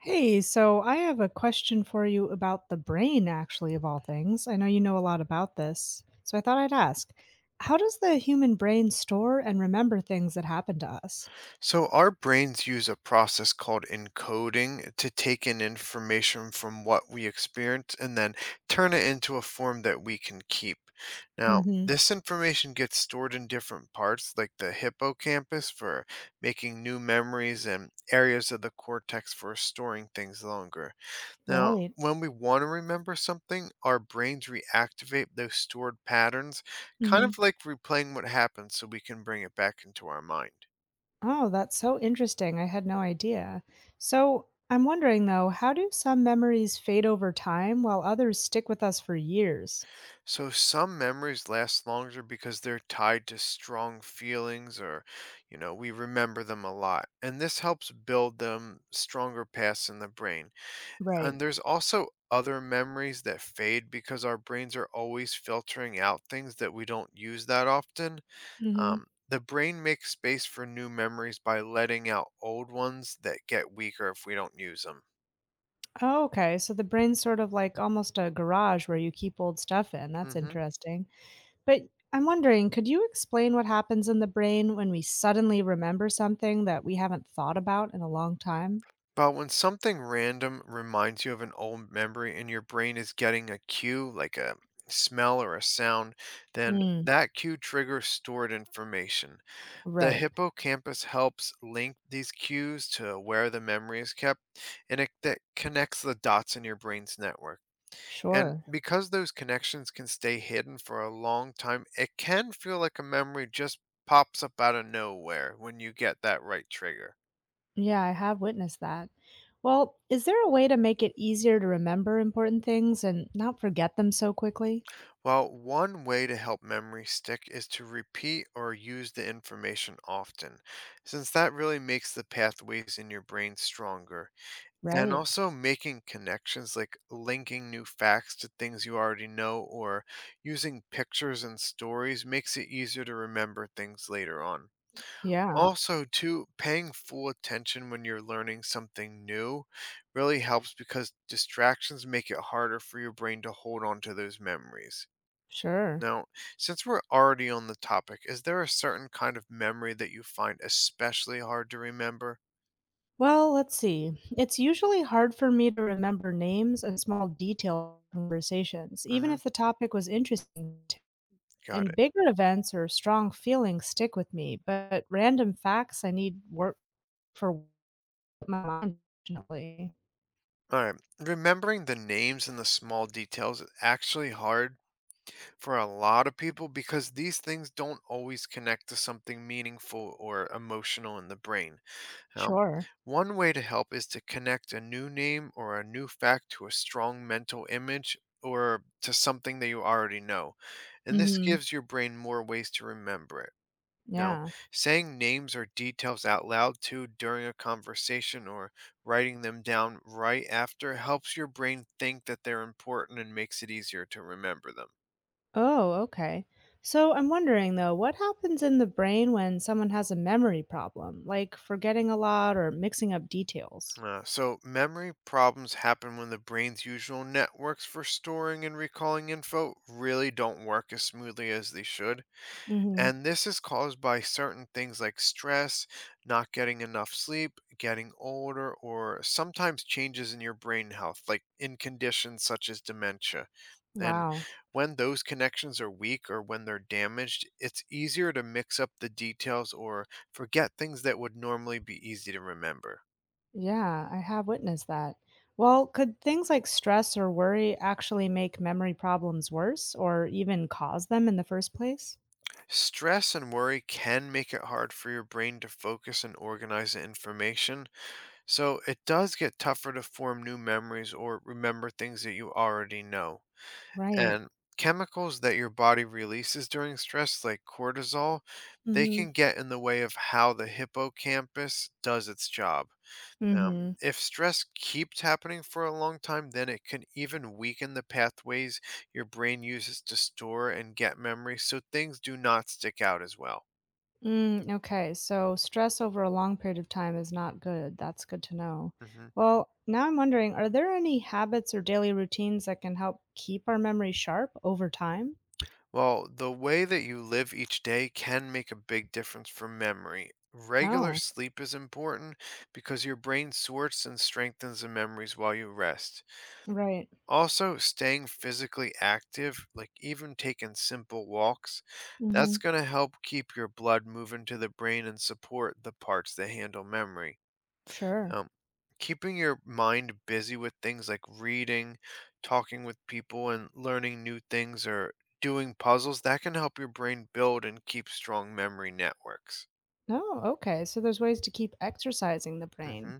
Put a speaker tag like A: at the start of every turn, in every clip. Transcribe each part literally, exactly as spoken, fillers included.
A: Hey, so I have a question for you about the brain, actually, of all things. I know you know a lot about this, so I thought I'd ask how does the human brain store and remember things that happen to us?
B: So, our brains use a process called encoding to take in information from what we experience and then turn it into a form that we can keep. Now,
A: Hmm.
B: this information gets stored in different parts, like the hippocampus for making new memories and areas of the cortex for storing things longer. Now,
A: Right.
B: when we want to remember something, our brains reactivate those stored patterns, kind
A: Hmm.
B: of like replaying what happened so we can bring it back into our mind.
A: Oh, that's so interesting. I had no idea. So, I'm wondering though, how do some memories fade over time while others stick with us for years?
B: So some memories last longer because they're tied to strong feelings or, you know, we remember them a lot. And this helps build them stronger paths in the brain.
A: Right.
B: And there's also other memories that fade because our brains are always filtering out things that we don't use that often.
A: Hmm.
B: Um, the brain makes space for new memories by letting out old ones that get weaker if we don't use them.
A: Oh, okay. So the brain's sort of like almost a garage where you keep old stuff in. That's
B: hmm
A: interesting. But I'm wondering, could you explain what happens in the brain when we suddenly remember something that we haven't thought about in a long time?
B: But when something random reminds you of an old memory and your brain is getting a cue, like a smell or a sound, then
A: Mm,
B: that cue triggers stored information. The
A: right.
B: hippocampus helps link these cues to where the memory is kept, and it that connects the dots in your brain's network. And
A: Sure.
B: because those connections can stay hidden for a long time, it can feel like a memory just pops up out of nowhere when you get that right trigger.
A: Yeah, I have witnessed that. Well, is there a way to make it easier to remember important things and not forget them so quickly?
B: Well, one way to help memory stick is to repeat or use the information often, since that really makes the pathways in your brain stronger. And
A: Right.
B: also making connections like linking new facts to things you already know or using pictures and stories makes it easier to remember things later on.
A: Yeah,
B: Also, too, paying full attention when you're learning something new really helps because distractions make it harder for your brain to hold on to those memories.
A: sure.
B: Now, since we're already on the topic, is there a certain kind of memory that you find especially hard to remember?
A: Well, let's see. It's usually hard for me to remember names and small detail conversations, even
B: hmm
A: if the topic was interesting. to-
B: Got
A: And
B: it.
A: bigger events or strong feelings stick with me, but random facts I need work for my mind, unfortunately.
B: All right. Remembering the names and the small details is actually hard for a lot of people because these things don't always connect to something meaningful or emotional in the brain. Um,
A: Sure.
B: One way to help is to connect a new name or a new fact to a strong mental image or to something that you already know. And this
A: Hmm.
B: gives your brain more ways to remember it. No.
A: Yeah.
B: Saying names or details out loud too during a conversation or writing them down right after helps your brain think that they're important and makes it easier to remember them.
A: Oh, okay. So I'm wondering though, what happens in the brain when someone has a memory problem, like forgetting a lot or mixing up details?
B: Uh, so, memory problems happen when the brain's usual networks for storing and recalling info really don't work as smoothly as they should.
A: Hmm.
B: And this is caused by certain things like stress, not getting enough sleep, getting older, or sometimes changes in your brain health, like in conditions such as dementia. And
A: Wow.
B: when those connections are weak or when they're damaged, it's easier to mix up the details or forget things that would normally be easy to remember.
A: Yeah, I have witnessed that. Well, could things like stress or worry actually make memory problems worse or even cause them in the first place?
B: Stress and worry can make it hard for your brain to focus and organize the information, so it does get tougher to form new memories or remember things that you already know.
A: Right.
B: And chemicals that your body releases during stress, like cortisol, they
A: Mhm.
B: can get in the way of how the hippocampus does its job. Now,
A: Mhm.
B: if stress keeps happening for a long time, then it can even weaken the pathways your brain uses to store and get memories, so things do not stick out as well.
A: Mm, okay, so stress over a long period of time is not good. That's good to know.
B: hmm
A: Well, now I'm wondering, are there any habits or daily routines that can help keep our memory sharp over time?
B: Well, the way that you live each day can make a big difference for memory. Regular
A: Oh,
B: sleep is important because your brain sorts and strengthens the memories while you rest.
A: right.
B: Also, staying physically active, like even taking simple walks,
A: Mm-hmm.
B: that's going to help keep your blood moving to the brain and support the parts that handle memory.
A: Sure.
B: Um, Keeping your mind busy with things like reading, talking with people, and learning new things or doing puzzles that can help your brain build and keep strong memory networks.
A: Oh, okay. So there's ways to keep exercising the brain.
B: hmm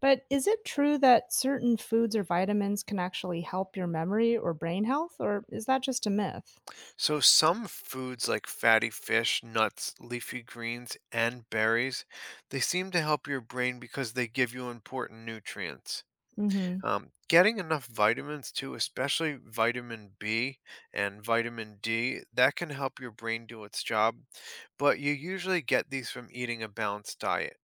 A: But is it true that certain foods or vitamins can actually help your memory or brain health, or is that just a myth?
B: So, some foods like fatty fish, nuts, leafy greens, and berries, they seem to help your brain because they give you important nutrients.
A: Mm-hmm.
B: Um, getting enough vitamins too, especially vitamin B and vitamin D, that can help your brain do its job, but you usually get these from eating a balanced diet.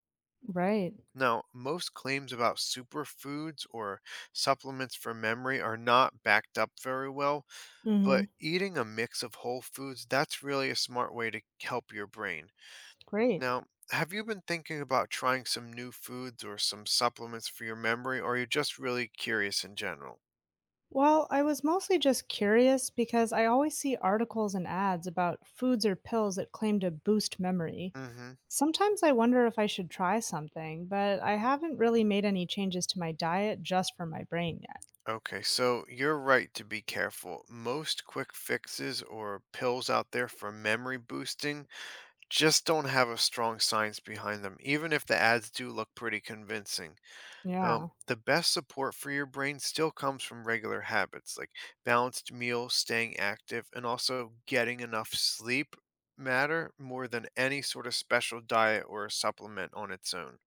A: Right.
B: Now, most claims about superfoods or supplements for memory are not backed up very well,
A: Mm-hmm.
B: but eating a mix of whole foods, that's really a smart way to help your brain.
A: Great.
B: Now, have you been thinking about trying some new foods or some supplements for your memory, or are you just really curious in general?
A: Well, I was mostly just curious because I always see articles and ads about foods or pills that claim to boost memory.
B: hmm
A: Sometimes I wonder if I should try something, but I haven't really made any changes to my diet just for my brain yet.
B: Okay, so you're right to be careful. Most quick fixes or pills out there for memory boosting just don't have a strong science behind them, even if the ads do look pretty convincing. Um,
A: Yeah.
B: the best support for your brain still comes from regular habits like balanced meals, staying active, and also getting enough sleep matter more than any sort of special diet or supplement on its own.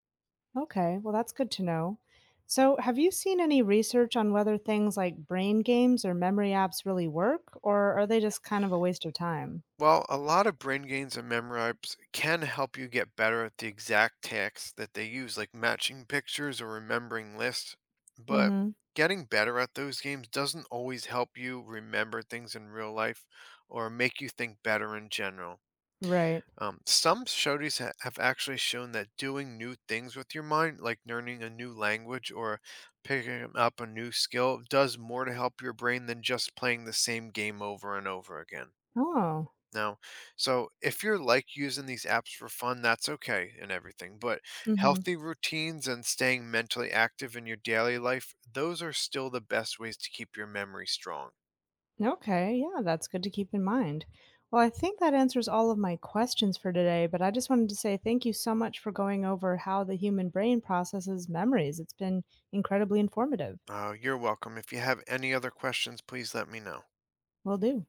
A: Okay. Well, that's good to know. So, have you seen any research on whether things like brain games or memory apps really work, or are they just kind of a waste of time?
B: Well, a lot of brain gains and memory apps can help you get better at the exact tasks that they use, like matching pictures or remembering lists.
A: Mm
B: But
A: hmm.
B: getting better at those games doesn't always help you remember things in real life or make you think better in general.
A: Right.
B: Um, some studies ha- have actually shown that doing new things with your mind, like learning a new language or picking up a new skill, does more to help your brain than just playing the same game over and over again.
A: Oh.
B: No. So if you're like using these apps for fun, that's okay and everything. But
A: Mm hmm.
B: healthy routines and staying mentally active in your daily life, those are still the best ways to keep your memory strong.
A: Okay, yeah, that's good to keep in mind. Well, I think that answers all of my questions for today, but I just wanted to say thank you so much for going over how the human brain processes memories. It's been incredibly informative.
B: Uh, you're welcome. If you have any other questions, please let me know.
A: Will do.